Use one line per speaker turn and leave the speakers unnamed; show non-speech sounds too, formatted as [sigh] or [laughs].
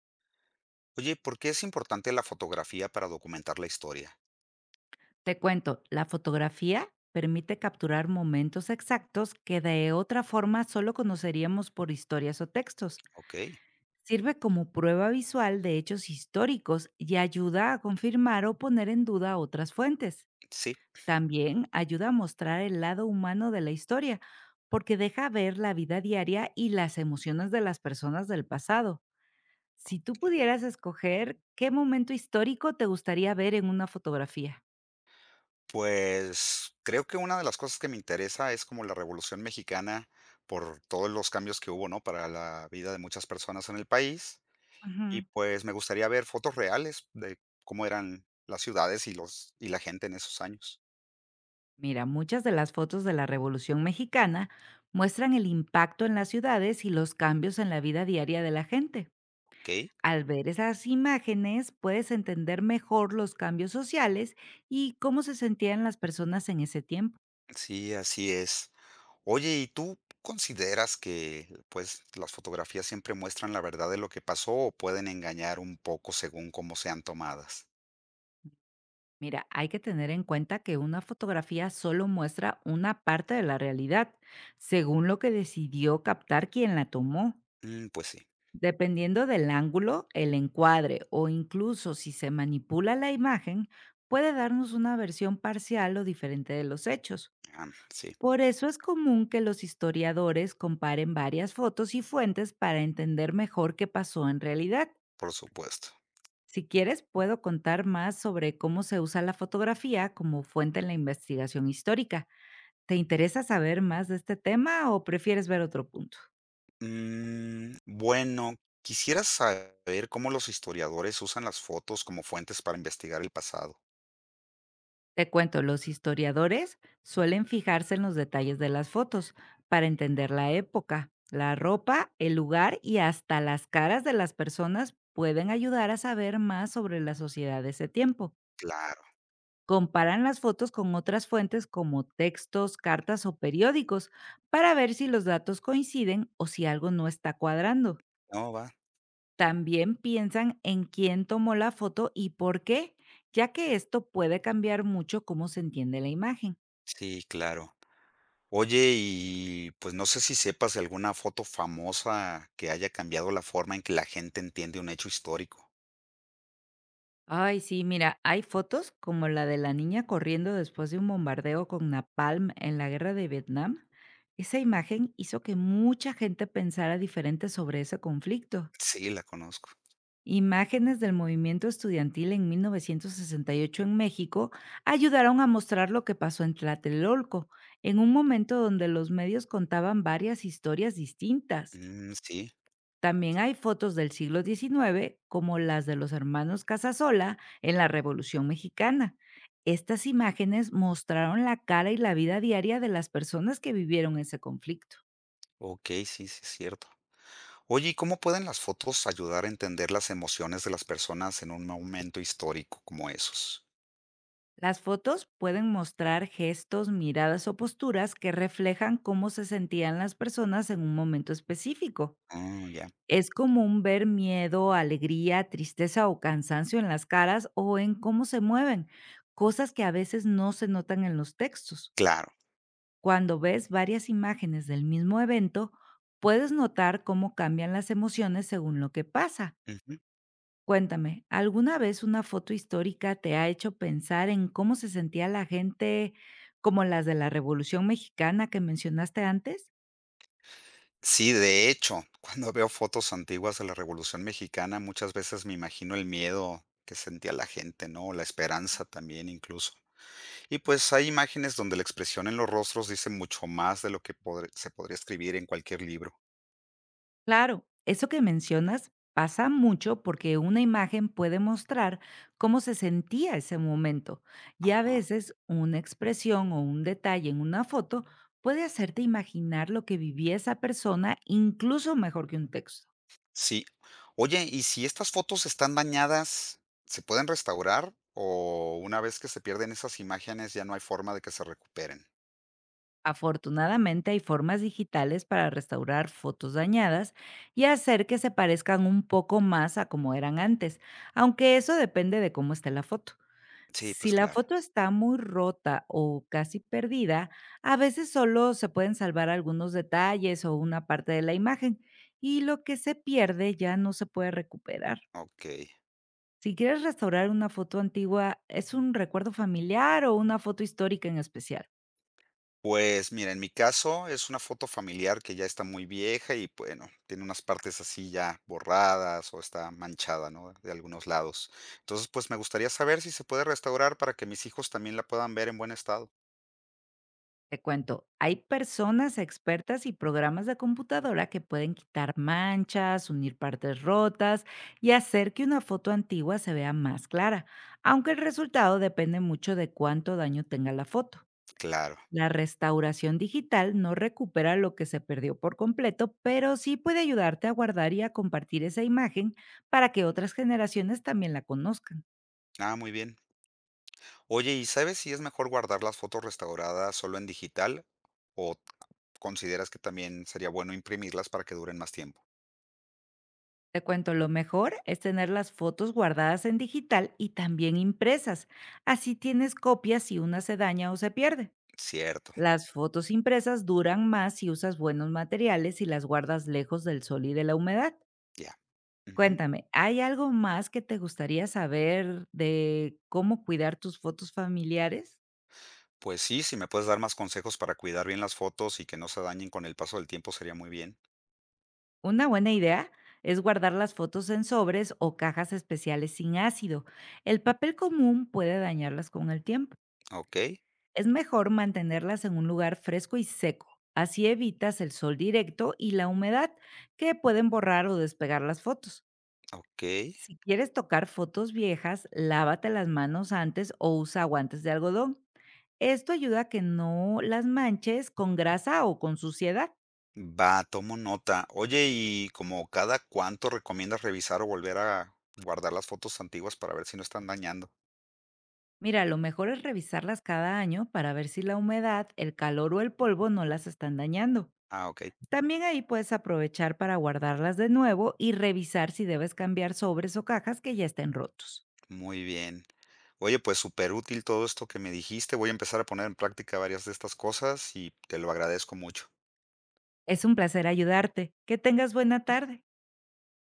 Oye, ¿por qué es importante la fotografía para documentar la historia?
Te cuento, la fotografía permite capturar momentos exactos que de otra forma solo conoceríamos por historias o textos.
Ok,
Sirve como prueba visual de hechos históricos y ayuda a confirmar o poner en duda otras fuentes.
sí.
También ayuda a mostrar el lado humano de la historia, porque deja ver la vida diaria y las emociones de las personas del pasado. Si tú
ok.
pudieras escoger, ¿qué momento histórico te gustaría ver en una fotografía?
Pues creo que una de las cosas que me interesa es como la Revolución Mexicana por todos los cambios que hubo, ¿no? Para la vida de muchas personas en el país.
Ujú.
Y pues me gustaría ver fotos reales de cómo eran las ciudades y los y la gente en esos años.
Mira, muchas de las fotos de la Revolución Mexicana muestran el impacto en las ciudades y los cambios en la vida diaria de la gente.
Ok,
Al ver esas imágenes puedes entender mejor los cambios sociales y cómo se sentían las personas en ese tiempo.
sí, así es. Oye, ¿y tú consideras que, pues, las fotografías siempre muestran la verdad de lo que pasó o pueden engañar un poco según cómo sean tomadas?
Mira, hay que tener en cuenta que una fotografía solo muestra una parte de la realidad, según lo que decidió captar quien la tomó.
Pues sí,
Dependiendo del ángulo, el encuadre o incluso si se manipula la imagen, puede darnos una versión parcial o diferente de los hechos.
sí,
Por eso es común que los historiadores comparen varias fotos y fuentes para entender mejor qué pasó en realidad.
por supuesto.
Si quieres, puedo contar más sobre cómo se usa la fotografía como fuente en la investigación histórica. ¿Te interesa saber más de este tema o prefieres ver otro punto?
Bueno, quisiera saber cómo los historiadores usan las fotos como fuentes para investigar el pasado.
Te cuento, los historiadores suelen fijarse en los detalles de las fotos para entender la época. La ropa, el lugar y hasta las caras de las personas pueden ayudar a saber más sobre la sociedad de ese tiempo.
Claro,
Comparan las fotos con otras fuentes como textos, cartas o periódicos para ver si los datos coinciden o si algo no está cuadrando.
no va.
También piensan en quién tomó la foto y por qué, ya que esto puede cambiar mucho cómo se entiende la imagen.
Sí, claro. Oye, y pues no sé si sepas de alguna foto famosa que haya cambiado la forma en que la gente entiende un hecho histórico.
Ay, sí, mira, hay fotos como la de la niña corriendo después de un bombardeo con napalm en la guerra de Vietnam. Esa imagen hizo que mucha gente pensara diferente sobre ese conflicto.
Sí, la conozco.
Imágenes del movimiento estudiantil en 1968 en México ayudaron a mostrar lo que pasó en Tlatelolco, en un momento donde los medios contaban varias historias distintas.
Mm, sí,
También hay fotos del siglo XIX, como las de los hermanos Casasola en la Revolución Mexicana. Estas imágenes mostraron la cara y la vida diaria de las personas que vivieron ese conflicto.
ok, sí, sí, es cierto. Oye, ¿y cómo pueden las fotos ayudar a entender las emociones de las personas en un momento histórico como esos?
Las fotos pueden mostrar gestos, miradas o posturas que reflejan cómo se sentían las personas en un momento específico.
Ya,
Es común ver miedo, alegría, tristeza o cansancio en las caras o en cómo se mueven, cosas que a veces no se notan en los textos.
claro.
Cuando ves varias imágenes del mismo evento, puedes notar cómo cambian las emociones según lo que pasa.
Ujú.
Cuéntame, ¿alguna vez una foto histórica te ha hecho pensar en cómo se sentía la gente como las de la Revolución Mexicana que mencionaste antes?
Sí, de hecho, [laughs] cuando veo fotos antiguas de la Revolución Mexicana, muchas veces me imagino el miedo que sentía la gente, ¿no? La esperanza también incluso. Y pues hay imágenes donde la expresión en los rostros dice mucho más de lo que se podría escribir en cualquier libro.
Claro, eso que mencionas pasa mucho porque una imagen puede mostrar cómo se sentía ese momento, y a
Ajá.
veces una expresión o un detalle en una foto puede hacerte imaginar lo que vivía esa persona incluso mejor que un texto.
Sí. Oye, ¿y si estas fotos están dañadas, se pueden restaurar? ¿O una vez que se pierden esas imágenes ya no hay forma de que se recuperen?
Afortunadamente hay formas digitales para restaurar fotos dañadas y hacer que se parezcan un poco más a como eran antes, aunque eso depende de cómo esté la foto.
Sí,
Si
pues
la
claro.
foto está muy rota o casi perdida, a veces solo se pueden salvar algunos detalles o una parte de la imagen, y lo que se pierde ya no se puede recuperar.
Ok.
Si quieres restaurar una foto antigua, ¿es un recuerdo familiar o una foto histórica en especial?
Pues mira, en mi caso es una foto familiar que ya está muy vieja y bueno, tiene unas partes así ya borradas o está manchada, ¿no? De algunos lados. Entonces, pues me gustaría saber si se puede restaurar para que mis hijos también la puedan ver en buen estado.
Te cuento, hay personas expertas y programas de computadora que pueden quitar manchas, unir partes rotas y hacer que una foto antigua se vea más clara, aunque el resultado depende mucho de cuánto daño tenga la foto.
Claro.
La restauración digital no recupera lo que se perdió por completo, pero sí puede ayudarte a guardar y a compartir esa imagen para que otras generaciones también la conozcan.
Ah, muy bien. Oye, ¿y sabes si es mejor guardar las fotos restauradas solo en digital o consideras que también sería bueno imprimirlas para que duren más tiempo?
Te cuento, lo mejor es tener las fotos guardadas en digital y también impresas. Así tienes copias si una se daña o se pierde.
Cierto,
Las fotos impresas duran más si usas buenos materiales y las guardas lejos del sol y de la humedad.
ya. Ujú.
Cuéntame, ¿hay algo más que te gustaría saber de cómo cuidar tus fotos familiares?
Pues sí, si me puedes dar más consejos para cuidar bien las fotos y que no se dañen con el paso del tiempo, sería muy bien.
Una buena idea es guardar las fotos en sobres o cajas especiales sin ácido. El papel común puede dañarlas con el tiempo.
Ok,
Es mejor mantenerlas en un lugar fresco y seco. Así evitas el sol directo y la humedad, que pueden borrar o despegar las fotos.
ok.
Si quieres tocar fotos viejas, lávate las manos antes o usa guantes de algodón. Esto ayuda a que no las manches con grasa o con suciedad.
Va, tomo nota. Oye, ¿y como cada cuánto recomiendas revisar o volver a guardar las fotos antiguas para ver si no están dañando?
Mira, lo mejor es revisarlas cada año para ver si la humedad, el calor o el polvo no las están dañando.
Ah, ok.
También ahí puedes aprovechar para guardarlas de nuevo y revisar si debes cambiar sobres o cajas que ya estén rotos.
Muy bien. Oye, pues súper útil todo esto que me dijiste. Voy a empezar a poner en práctica varias de estas cosas y te lo agradezco mucho.
Es un placer ayudarte. Que tengas buena tarde.